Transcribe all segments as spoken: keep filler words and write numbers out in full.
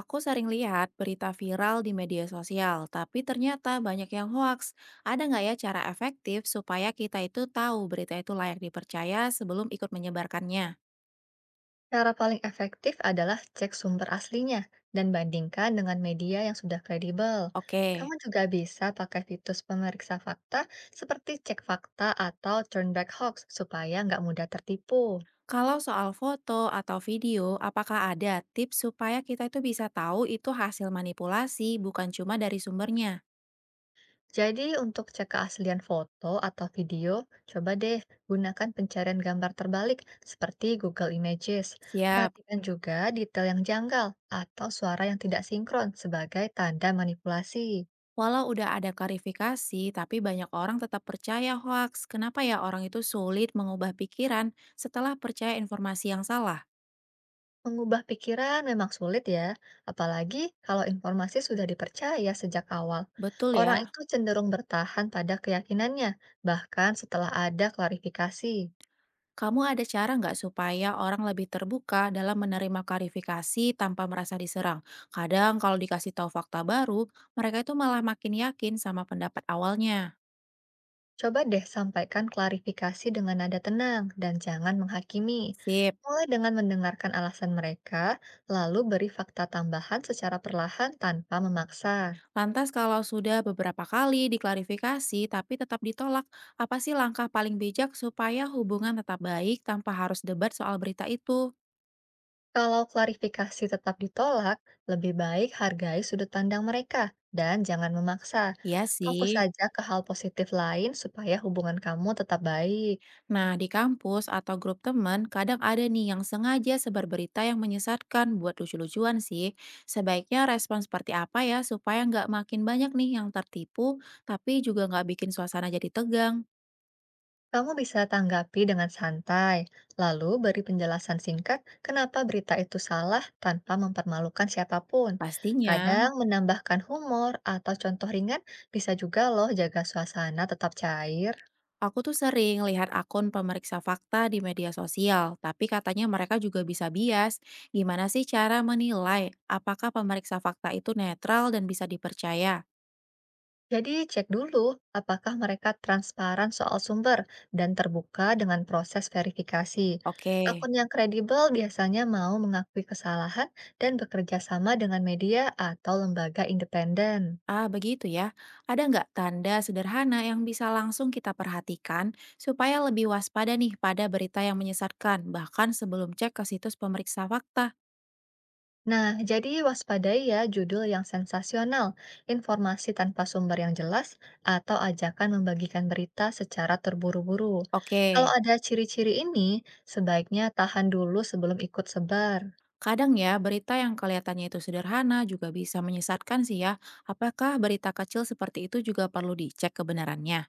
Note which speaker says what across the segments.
Speaker 1: Aku sering lihat berita viral di media sosial, tapi ternyata banyak yang hoaks. Ada nggak ya cara efektif supaya kita itu tahu berita itu layak dipercaya sebelum ikut menyebarkannya?
Speaker 2: Cara paling efektif adalah cek sumber aslinya dan bandingkan dengan media yang sudah kredibel.
Speaker 1: Oke,
Speaker 2: Kamu juga bisa pakai fitur pemeriksa fakta seperti cek fakta atau turn back hoax supaya nggak mudah tertipu.
Speaker 1: kalau soal foto atau video, apakah ada tips supaya kita itu bisa tahu itu hasil manipulasi bukan cuma dari sumbernya?
Speaker 2: Jadi untuk cek keaslian foto atau video, coba deh gunakan pencarian gambar terbalik seperti Google Images.
Speaker 1: Siap.
Speaker 2: Perhatikan juga detail yang janggal atau suara yang tidak sinkron sebagai tanda manipulasi.
Speaker 1: Walau udah ada klarifikasi, tapi banyak orang tetap percaya hoaks. Kenapa ya orang itu sulit mengubah pikiran setelah percaya informasi yang salah?
Speaker 2: Mengubah pikiran memang sulit ya, apalagi kalau informasi sudah dipercaya sejak awal.
Speaker 1: Betul
Speaker 2: Orang
Speaker 1: ya.
Speaker 2: itu cenderung bertahan pada keyakinannya, bahkan setelah ada klarifikasi.
Speaker 1: Kamu ada cara nggak supaya orang lebih terbuka dalam menerima klarifikasi tanpa merasa diserang? Kadang kalau dikasih tahu fakta baru, mereka itu malah makin yakin sama pendapat awalnya.
Speaker 2: Coba deh sampaikan klarifikasi dengan nada tenang dan jangan menghakimi.
Speaker 1: Sip.
Speaker 2: Mulai dengan mendengarkan alasan mereka, lalu beri fakta tambahan secara perlahan tanpa memaksa.
Speaker 1: Lantas kalau sudah beberapa kali diklarifikasi tapi tetap ditolak, apa sih langkah paling bijak supaya hubungan tetap baik tanpa harus debat soal berita itu?
Speaker 2: Kalau klarifikasi tetap ditolak, lebih baik hargai sudut pandang mereka dan jangan memaksa.
Speaker 1: Iya
Speaker 2: Fokus
Speaker 1: sih.
Speaker 2: saja ke hal positif lain supaya hubungan kamu tetap baik.
Speaker 1: Nah, di kampus atau grup teman, kadang ada nih yang sengaja sebar berita yang menyesatkan buat lucu-lucuan sih. Sebaiknya respon seperti apa ya supaya nggak makin banyak nih yang tertipu, tapi juga nggak bikin suasana jadi tegang.
Speaker 2: Kamu bisa tanggapi dengan santai, lalu beri penjelasan singkat kenapa berita itu salah tanpa mempermalukan siapapun.
Speaker 1: Pastinya,
Speaker 2: Kadang menambahkan humor atau contoh ringan bisa juga loh jaga suasana tetap cair.
Speaker 1: aku tuh sering lihat akun pemeriksa fakta di media sosial, tapi katanya mereka juga bisa bias. Gimana sih cara menilai apakah pemeriksa fakta itu netral dan bisa dipercaya?
Speaker 2: Jadi cek dulu apakah mereka transparan soal sumber dan terbuka dengan proses verifikasi.
Speaker 1: Oke.
Speaker 2: Akun yang kredibel biasanya mau mengakui kesalahan dan bekerja sama dengan media atau lembaga independen.
Speaker 1: Ah, begitu ya. Ada nggak tanda sederhana yang bisa langsung kita perhatikan supaya lebih waspada nih pada berita yang menyesatkan, bahkan sebelum cek ke situs pemeriksa fakta?
Speaker 2: Nah, jadi waspadai ya judul yang sensasional, informasi tanpa sumber yang jelas, atau ajakan membagikan berita secara terburu-buru.
Speaker 1: Oke,
Speaker 2: Kalau ada ciri-ciri ini, sebaiknya tahan dulu sebelum ikut sebar.
Speaker 1: kadang ya berita yang kelihatannya itu sederhana juga bisa menyesatkan sih ya. Apakah berita kecil seperti itu juga perlu dicek kebenarannya?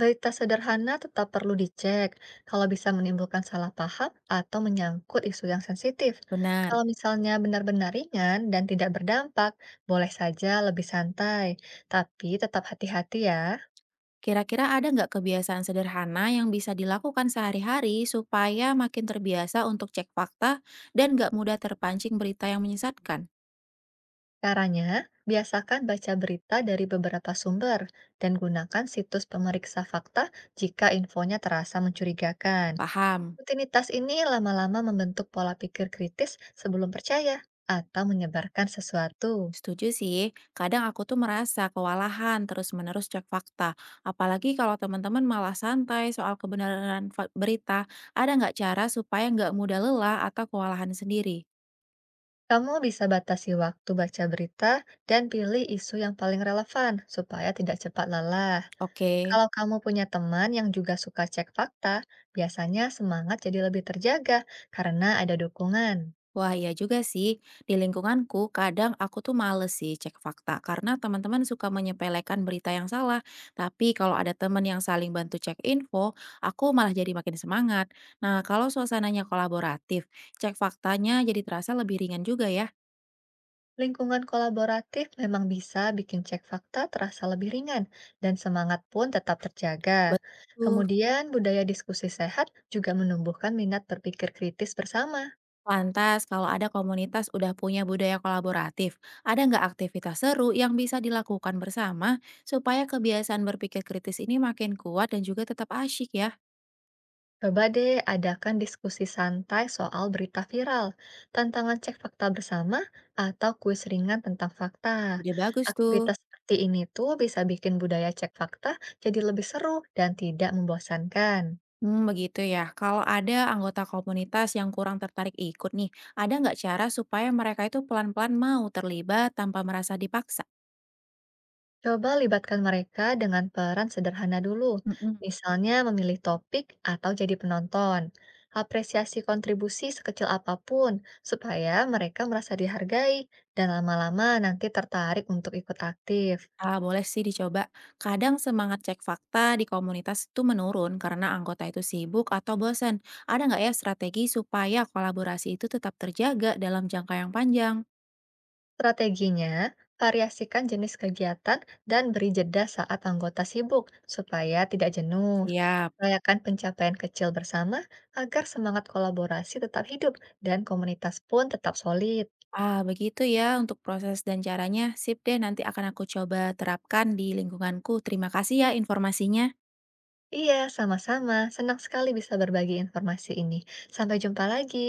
Speaker 2: Berita sederhana tetap perlu dicek kalau bisa menimbulkan salah paham atau menyangkut isu yang sensitif.
Speaker 1: Benar.
Speaker 2: Kalau misalnya benar-benar ringan dan tidak berdampak, boleh saja lebih santai, tapi tetap hati-hati ya.
Speaker 1: Kira-kira ada nggak kebiasaan sederhana yang bisa dilakukan sehari-hari supaya makin terbiasa untuk cek fakta dan nggak mudah terpancing berita yang menyesatkan?
Speaker 2: Caranya, biasakan baca berita dari beberapa sumber dan gunakan situs pemeriksa fakta jika infonya terasa mencurigakan.
Speaker 1: Paham.
Speaker 2: Rutinitas ini lama-lama membentuk pola pikir kritis sebelum percaya atau menyebarkan sesuatu.
Speaker 1: Setuju sih, kadang aku tuh merasa kewalahan terus-menerus cek fakta. Apalagi kalau teman-teman malah santai soal kebenaran fa- berita, ada nggak cara supaya nggak mudah lelah atau kewalahan sendiri?
Speaker 2: Kamu bisa batasi waktu baca berita dan pilih isu yang paling relevan supaya tidak cepat lelah.
Speaker 1: Oke,
Speaker 2: Kalau kamu punya teman yang juga suka cek fakta, biasanya semangat jadi lebih terjaga karena ada dukungan.
Speaker 1: wah iya juga sih. Di lingkunganku, kadang aku tuh males sih cek fakta karena teman-teman suka menyepelekan berita yang salah. Tapi kalau ada teman yang saling bantu cek info, aku malah jadi makin semangat. Nah, kalau suasananya kolaboratif, cek faktanya jadi terasa lebih ringan juga ya.
Speaker 2: Lingkungan kolaboratif memang bisa bikin cek fakta terasa lebih ringan dan semangat pun tetap terjaga.
Speaker 1: Betul.
Speaker 2: Kemudian, budaya diskusi sehat juga menumbuhkan minat berpikir kritis bersama.
Speaker 1: Lantas, kalau ada komunitas udah punya budaya kolaboratif, ada nggak aktivitas seru yang bisa dilakukan bersama supaya kebiasaan berpikir kritis ini makin kuat dan juga tetap asyik ya?
Speaker 2: Coba deh adakan diskusi santai soal berita viral, tantangan cek fakta bersama, atau kuis ringan tentang fakta.
Speaker 1: Ide bagus tuh.
Speaker 2: Aktivitas seperti ini tuh bisa bikin budaya cek fakta jadi lebih seru dan tidak membosankan.
Speaker 1: Hmm, begitu ya. Kalau ada anggota komunitas yang kurang tertarik ikut nih, ada nggak cara supaya mereka itu pelan-pelan mau terlibat tanpa merasa dipaksa?
Speaker 2: Coba libatkan mereka dengan peran sederhana dulu,
Speaker 1: Mm-mm.
Speaker 2: misalnya memilih topik atau jadi penonton. Apresiasi kontribusi sekecil apapun supaya mereka merasa dihargai dan lama-lama nanti tertarik untuk ikut aktif.
Speaker 1: Ah, boleh sih dicoba. Kadang semangat cek fakta di komunitas itu menurun karena anggota itu sibuk atau bosan. Ada nggak ya strategi supaya kolaborasi itu tetap terjaga dalam jangka yang panjang?
Speaker 2: Strateginya, variasikan jenis kegiatan dan beri jeda saat anggota sibuk supaya tidak jenuh.
Speaker 1: Siap.
Speaker 2: Rayakan pencapaian kecil bersama agar semangat kolaborasi tetap hidup dan komunitas pun tetap solid.
Speaker 1: Ah, begitu ya untuk proses dan caranya. Sip deh, nanti akan aku coba terapkan di lingkunganku. Terima kasih ya informasinya.
Speaker 2: Iya, sama-sama. Senang sekali bisa berbagi informasi ini. Sampai jumpa lagi.